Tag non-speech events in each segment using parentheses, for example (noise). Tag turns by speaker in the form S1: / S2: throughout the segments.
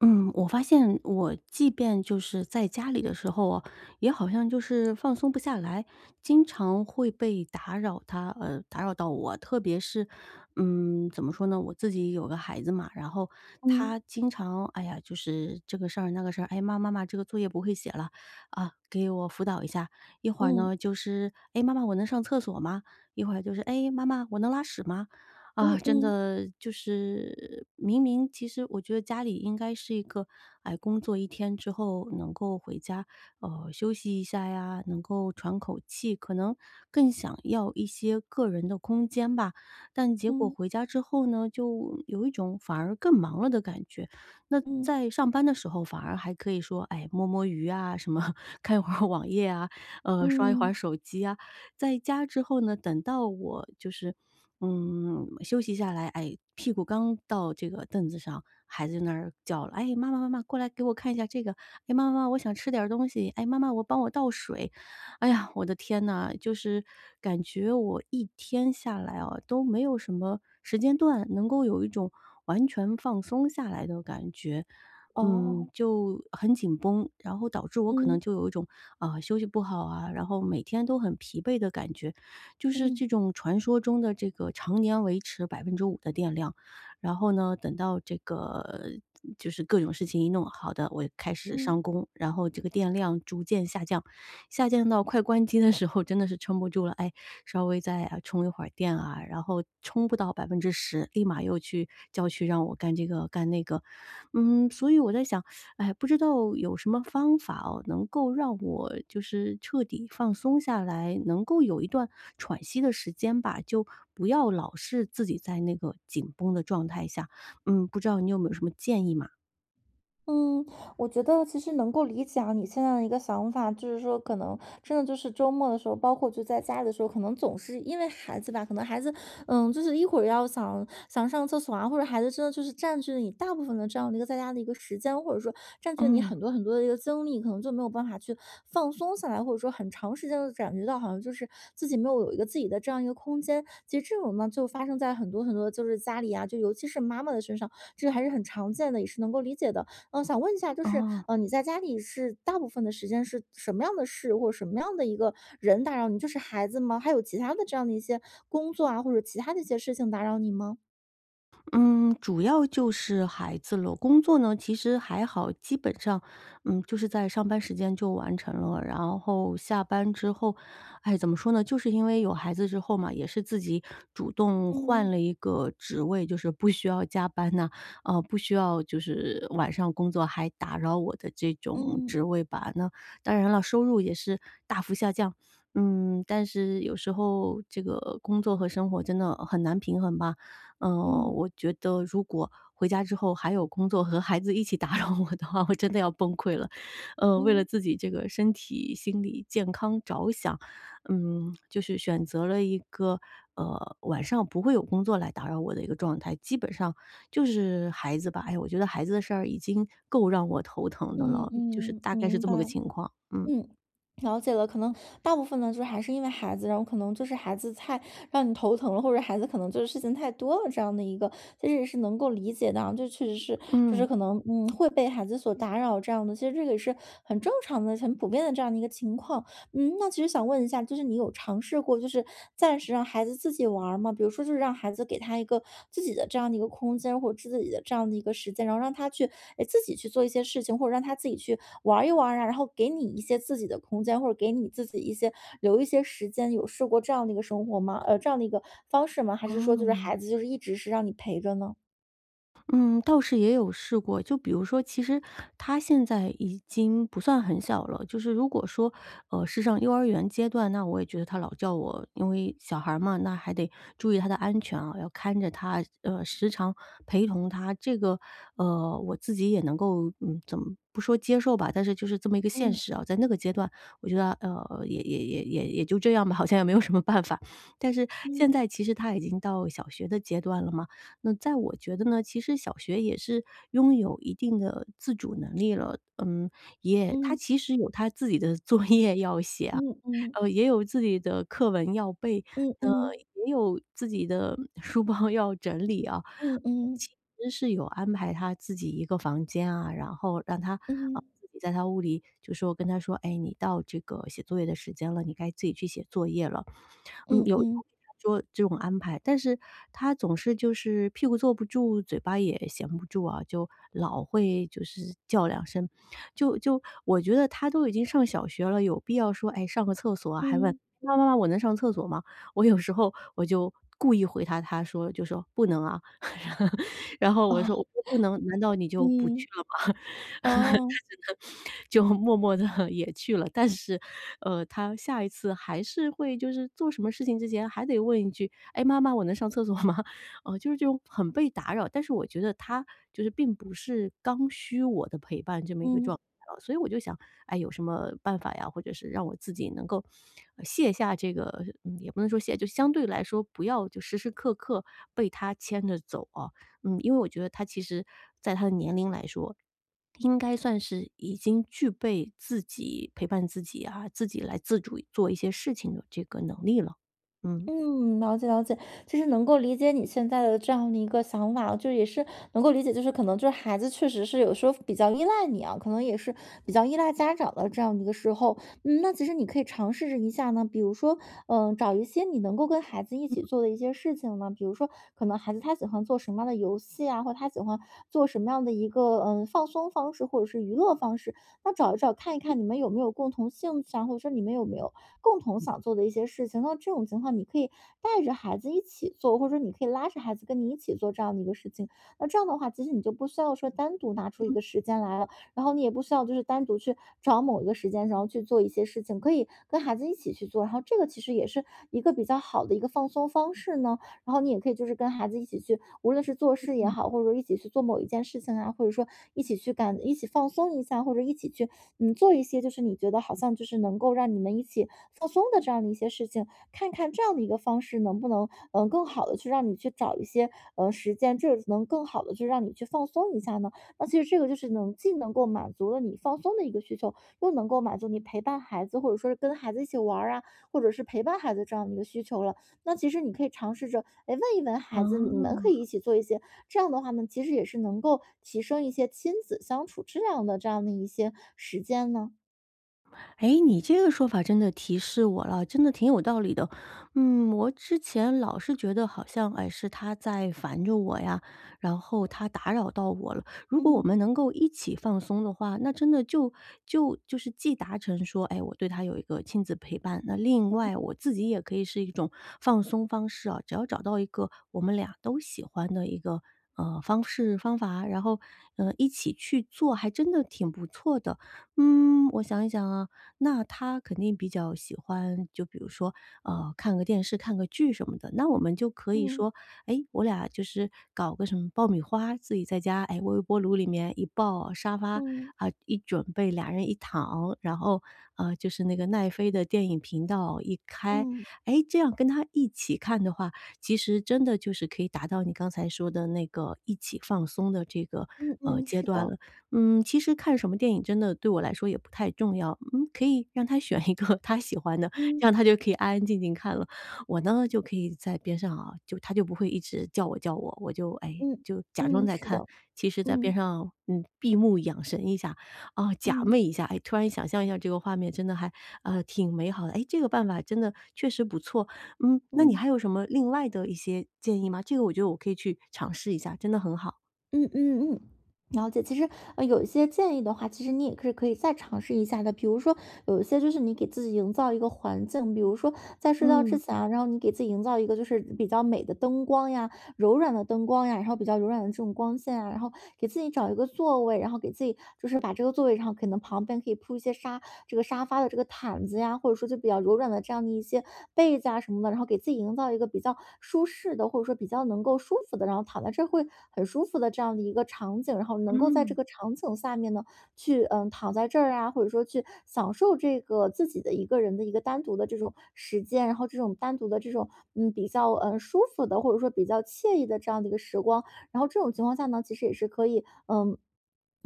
S1: 嗯，我发现我即便就是在家里的时候啊，也好像就是放松不下来，经常会被打扰打扰到我。特别是，怎么说呢，我自己有个孩子嘛，然后
S2: 嗯，
S1: 他经常，哎呀，就是这个事儿那个事儿，哎，妈妈妈，这个作业不会写了，啊，给我辅导一下。一会儿
S2: 嗯，
S1: 呢，就是，哎，妈妈，我能上厕所吗？一会儿就是，哎，妈妈，我能拉屎吗？啊，
S2: 嗯
S1: 真
S2: 嗯
S1: 的就是明明其实我觉得家里应该是一个，哎，工作一天之后能够回家，休息一下呀，能够喘口气，可能更想要一些个人的空间吧。但结果
S2: 嗯
S1: 回家之后呢，就有一种反而更忙了的感觉。那
S2: 嗯
S1: 在上班的时候反而还可以说，哎，摸摸鱼啊，什么 (laughs) 看一会儿网页啊，刷一会儿
S2: 嗯，
S1: 手机啊。在家之后呢，等到我就是。休息下来，哎，屁股刚到这个凳子上，孩子就那儿叫了：“哎，妈妈妈妈，过来给我看一下这个。哎，妈妈妈，我想吃点儿东西。哎，妈妈，我帮我倒水。”哎呀，我的天呐，就是感觉我一天下来啊，都没有什么时间段能够有一种完全放松下来的感觉。
S2: 哦，
S1: 就很紧绷，然后导致我可能
S2: 嗯
S1: 就有一种啊、休息不好啊，然后每天都很疲惫的感觉。就是
S2: 嗯
S1: 这种传说中的这个常年维持5%的电量，然后呢，等到这个就是各种事情一弄好的，我开始
S2: 嗯。
S1: 上工，然后这个电量逐渐下降，下降到快关机的时候真的是撑不住了，哎，稍微再啊充一会儿电啊，然后充不到10%，立马又去叫去让我干这个干那个。所以我在想，哎，不知道有什么方法哦，能够让我就是彻底放松下来，能够有一段喘息的时间吧，就不要老是自己在那个紧绷的状态下。不知道你有没有什么建议嘛？
S2: 嗯，我觉得其实能够理解啊，你现在的一个想法，就是说可能真的就是周末的时候，包括就在家里的时候，可能总是因为孩子吧，可能孩子，就是一会儿要想想上厕所啊，或者孩子真的就是占据了你大部分的这样的一个在家的一个时间，或者说占据了你
S1: 嗯。
S2: 很多很多的一个精力，可能就没有办法去放松下来，或者说很长时间的感觉到好像就是自己没有有一个自己的这样一个空间。其实这种呢，就发生在很多很多就是家里啊，就尤其是妈妈的身上，这个还是很常见的，也是能够理解的。想问一下，就是，
S1: 哦。
S2: 你在家里是大部分的时间是什么样的事，或者什么样的一个人打扰你？就是孩子吗？还有其他的这样的一些工作啊，或者其他的一些事情打扰你吗？
S1: 嗯，主要就是孩子了。工作呢，其实还好，基本上，就是在上班时间就完成了。然后下班之后，哎，怎么说呢？就是因为有孩子之后嘛，也是自己主动换
S2: 嗯
S1: 了一个职位，就是不需要加班呐、不需要就是晚上工作还打扰我的这种
S2: 嗯
S1: 职位吧。那当然了，收入也是大幅下降。但是有时候这个工作和生活真的很难平衡吧。
S2: 嗯
S1: 我觉得如果回家之后还有工作和孩子一起打扰我的话，我真的要崩溃了。为了
S2: 嗯
S1: 自己这个身体、心理健康着想，就是选择了一个晚上不会有工作来打扰我的一个状态。基本上就是孩子吧，哎我觉得孩子的事儿已经够让我头疼的
S2: 嗯
S1: 了，就是
S2: 嗯，
S1: 大概是
S2: 明
S1: 这
S2: 白。
S1: 么个情况。嗯
S2: 嗯，了解了。可能大部分呢，就是还是因为孩子，然后可能就是孩子太让你头疼了，或者孩子可能就是事情太多了这样的一个，其实也是能够理解的啊。就确实是，就是
S1: 嗯。
S2: 可能会被孩子所打扰这样的，其实这个也是很正常的、很普遍的这样的一个情况。那其实想问一下，就是你有尝试过，就是暂时让孩子自己玩儿吗？比如说，就是让孩子给他一个自己的这样的一个空间，或者自己的这样的一个时间，然后让他去，哎，自己去做一些事情，或者让他自己去玩儿一玩儿啊，然后给你一些自己的空间，或者给你自己一些留一些时间，有试过这样的一个生活吗？这样的一个方式吗？还是说，就是
S1: 哦。
S2: 孩子就是一直是让你陪着呢？
S1: 嗯，倒是也有试过。就比如说，其实他现在已经不算很小了。就是如果说，是上幼儿园阶段，那我也觉得他老叫我，因为小孩儿嘛，那还得注意他的安全啊，要看着他，时常陪同他。这个，我自己也能够，怎么不说接受吧，但是就是这么一个现
S2: 嗯
S1: 实啊。在那个阶段，我觉得，也就这样吧，好像也没有什么办法。但是
S2: 嗯
S1: 现在其实他已经到小学的阶段了嘛，那在我觉得呢，其实小学也是拥有一定的自主能力了，也他
S2: 嗯
S1: 其实有他自己的 (laughs) 作业要写啊，
S2: 嗯嗯
S1: 也有自己的课文要背，
S2: 嗯
S1: 呃，
S2: 嗯
S1: 也有自己的书包要整理啊。
S2: 嗯嗯
S1: 其实是有安排他自己一个房间啊，然后让他，
S2: 嗯
S1: 啊，自己在他屋里就说跟他说：“哎，你到这个写作业的时间了，你该自己去写作业了。”
S2: 嗯
S1: 有
S2: 嗯
S1: 给他说这种安排，但是他总是就是屁股坐不住，嘴巴也闲不住啊，就老会就是叫两声。就我觉得他都已经上小学了，有必要说，哎，上个厕所啊，还问
S2: 嗯，
S1: 妈妈妈我能上厕所吗？我有时候我就故意回答他说，就说不能啊，(laughs) 然后
S2: 哦，
S1: 我说不能，难道你就不去
S2: 嗯。
S1: 了吗？
S2: 哦，
S1: (laughs) 就默默的 (laughs) 也去了。但是，他下一次还是会就是做什么事情之前还得问一句：“哎，妈妈，我能上厕所吗？” (laughs) 就是这种很被打扰，但是我觉得他就是并不是刚需我的陪伴这么一个状
S2: 嗯
S1: 态啊所以我就想，哎，有什么办法呀，或者是让我自己能够，卸下这个也不能说卸，就相对来说不要就时时刻刻被他牵着走啊。因为我觉得他其实在他的年龄来说应该算是已经具备自己陪伴自己啊，自己来自主做一些事情的这个能力了。嗯。
S2: 嗯，了解了解，其实能够理解你现在的这样的一个想法，就也是能够理解，就是可能就是孩子确实是有时候比较依赖你啊，可能也是比较依赖家长的这样的一个时候，那其实你可以尝试着一下呢，比如说，找一些你能够跟孩子一起做的一些事情呢，比如说可能孩子他喜欢做什么样的游戏啊，或者他喜欢做什么样的一个放松方式或者是娱乐方式，那找一找看一看你们有没有共同兴趣啊，或者说你们有没有共同想做的一些事情。那这种情况你可以带着孩子一起做，或者说你可以拉着孩子跟你一起做这样的一个事情。那这样的话，其实你就不需要说单独拿出一个时间来了，然后你也不需要就是单独去找某一个时间，然后去做一些事情，可以跟孩子一起去做。然后这个其实也是一个比较好的一个放松方式呢。然后你也可以就是跟孩子一起去，无论是做事也好，或者说一起去做某一件事情啊，或者说一起去感一起放松一下，或者一起去做一些就是你觉得好像就是能够让你们一起放松的这样的一些事情，看看这样的一个方式能不能更好的去让你去找一些时间，这能更好的去让你去放松一下呢？那其实这个就是能既能够满足了你放松的一个需求，又能够满足你陪伴孩子或者说是跟孩子一起玩儿啊，或者是陪伴孩子这样的一个需求了。那其实你可以尝试着，哎，问一问孩子，你们可
S1: 哦。
S2: 以一起做一些，这样的话呢，其实也是能够提升一些亲子相处质量的这样的一些时间呢。
S1: 哎，你这个说法真的提示我了，真的挺有道理的。我之前老是觉得好像，哎，是他在烦着我呀，然后他打扰到我了。如果我们
S2: 嗯
S1: 能够一起放松的话，那真的就就是既达成说，哎，我对他有一个亲子陪伴，那另外我自己也可以是一种放松方式啊。只要找到一个我们俩都喜欢的一个方式方法，然后一起去做，还真的挺不错的。我想一想啊。那他肯定比较喜欢，就比如说，看个电视、看个剧什么的。那我们就可以
S2: 嗯
S1: 说，哎，我俩就是搞个什么爆米花，自己在家，哎，微波炉里面一爆，沙发
S2: 嗯
S1: 啊、一准备，俩人一躺，然后就是那个奈飞的电影频道一开，
S2: 嗯
S1: 哎，这样跟他一起看的话，其实真的就是可以达到你刚才说的那个一起放松的这个
S2: 嗯嗯，
S1: 阶
S2: 是
S1: 段
S2: 的，
S1: 了。其实看什么电影真的对我来说也不太重要，可以让他选一个 (laughs) 他喜欢的，
S2: 嗯
S1: 这样他就可以安安静静看了。我呢，就可以在边上啊，就他就不会一直叫我叫我，我就哎，
S2: 嗯
S1: 就假装
S2: 嗯，
S1: 在
S2: 是
S1: 看，
S2: 的，
S1: 其实在边
S2: 嗯
S1: 上，闭目养神一下，啊，假寐
S2: 嗯
S1: 一下，哎，突然想象一下这个画面，真的还挺美好的，哎，这个办法真的确实不错，那你
S2: 嗯。
S1: 还有什么另外的一些建议吗？这个我觉得我可以去尝试一下，真的很好，
S2: 嗯嗯嗯，了解。其实，有一些建议的话，其实你也是可以再尝试一下的。比如说，有一些就是你给自己营造一个环境，比如说在睡觉之
S1: 嗯
S2: 前啊，然后你给自己营造一个就是比较美的灯光呀、柔软的灯光呀，然后比较柔软的这种光线啊，然后给自己找一个座位，然后给自己就是把这个座位，然后可能旁边可以铺一些这个沙发的这个毯子呀，或者说就比较柔软的这样的一些被子啊什么的，然后给自己营造一个比较舒适的，或者说比较能够舒服的。的然后躺在这会很舒服的这样的一个场景，然后能够在这
S1: 嗯。
S2: 个场景下面呢，去躺在这儿啊，或者说去享受这个自己的一个人的一个单独的这种时间，然后这种单独的这种比较舒服的，或者说比较惬意的这样的一个时光，然后这种情况下呢，其实也是可以。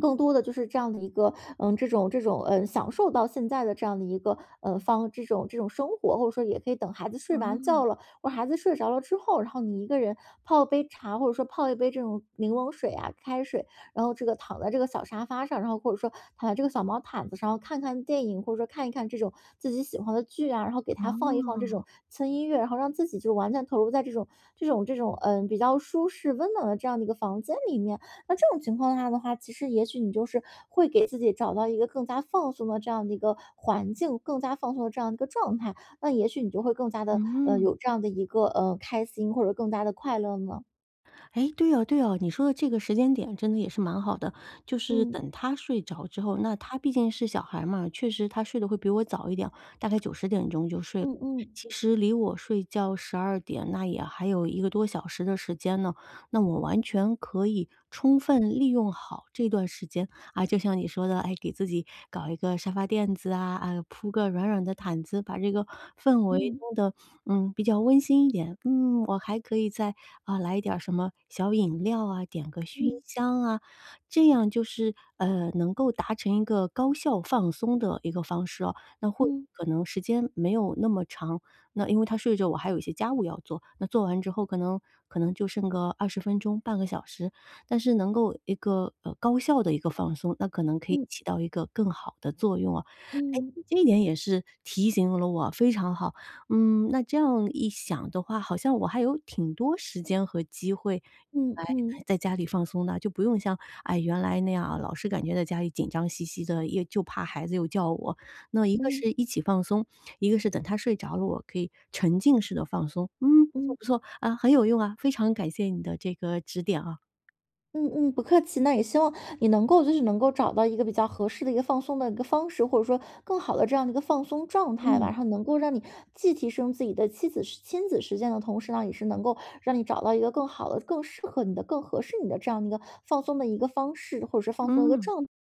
S2: 更多的就是这样的一个，这种这种，享受到现在的这样的一个，这种这种生活，或者说也可以等孩子睡完觉
S1: 哦。
S2: 了，我孩子睡着了之后，然后你一个人泡杯茶，或者说泡一杯这种柠檬水啊、开水，然后这个躺在这个小沙发上，然后或者说躺在这个小毛毯子上，然后看看电影，或者说看一看这种自己喜欢的剧啊，然后给他放一放这
S1: 哦。
S2: 种轻音乐，然后让自己就完全投入在这种这种这种比较舒适温暖的这样的一个房间里面。那这种情况下的话，其实也许你就是会给自己找到一个更加放松的这样的一个环境，更加放松的这样的一个状态。那也许你就会更加的，
S1: 嗯。
S2: 有这样的一个，开心或者更加的快乐呢？
S1: 哎，对哦对哦，你说的这个时间点真的也是蛮好的，就是
S2: 嗯，
S1: 等他睡着之后，那他毕竟是小孩嘛，确实他睡得会比我早一点，大概9、10点钟就睡了。
S2: 嗯嗯，
S1: 其实离我睡觉12点，那也还有一个多小时的时间呢，那我完全可以充分利用好这段时间。啊，就像你说的，哎，给自己搞一个沙发垫子啊，啊，铺个软软的毯子，把这个氛围
S2: 嗯，
S1: 弄得比较温馨一点。嗯，我还可以再啊来一点儿什么小饮料啊，点个熏
S2: 嗯，
S1: 香啊，这样就是能够达成一个高效放松的一个方式哦。那或许
S2: 嗯，
S1: 可能时间没有那么长，那因为他睡着，我还有一些家务要做。那做完之后，可能就剩个20分钟、半个小时，但是能够一个，高效的一个放松，那可能可以
S2: 嗯，
S1: 起到一个更好的作用啊。哎，
S2: 嗯，
S1: 你这一点也是提醒了我，非常好。那这样一想的话，好像我还有挺多时间和机会
S2: 嗯，
S1: 来
S2: 嗯，嗯，
S1: 哎在家里放松的，就不用像，哎，原来那样啊老是感觉在家里紧张兮兮的，也就怕孩子又叫我。那一个
S2: 嗯，
S1: 是一起放松，一个是等他睡着了，我可以沉浸式的放松。嗯，不错不错，啊，很有用啊，非常感谢你的这个指点啊，
S2: 嗯，不客气。那也希望你能够就是能够找到一个比较合适的一个放松的一个方式，或者说更好的这样的一个放松状态吧，
S1: 嗯。
S2: 然后能够让你既提升自己的妻子亲子时间的同时呢，也是能够让你找到一个更好的、更适合你的、更合适你的这样的一个放松的一个方式，或者是放松的一个
S1: 嗯，
S2: 状态。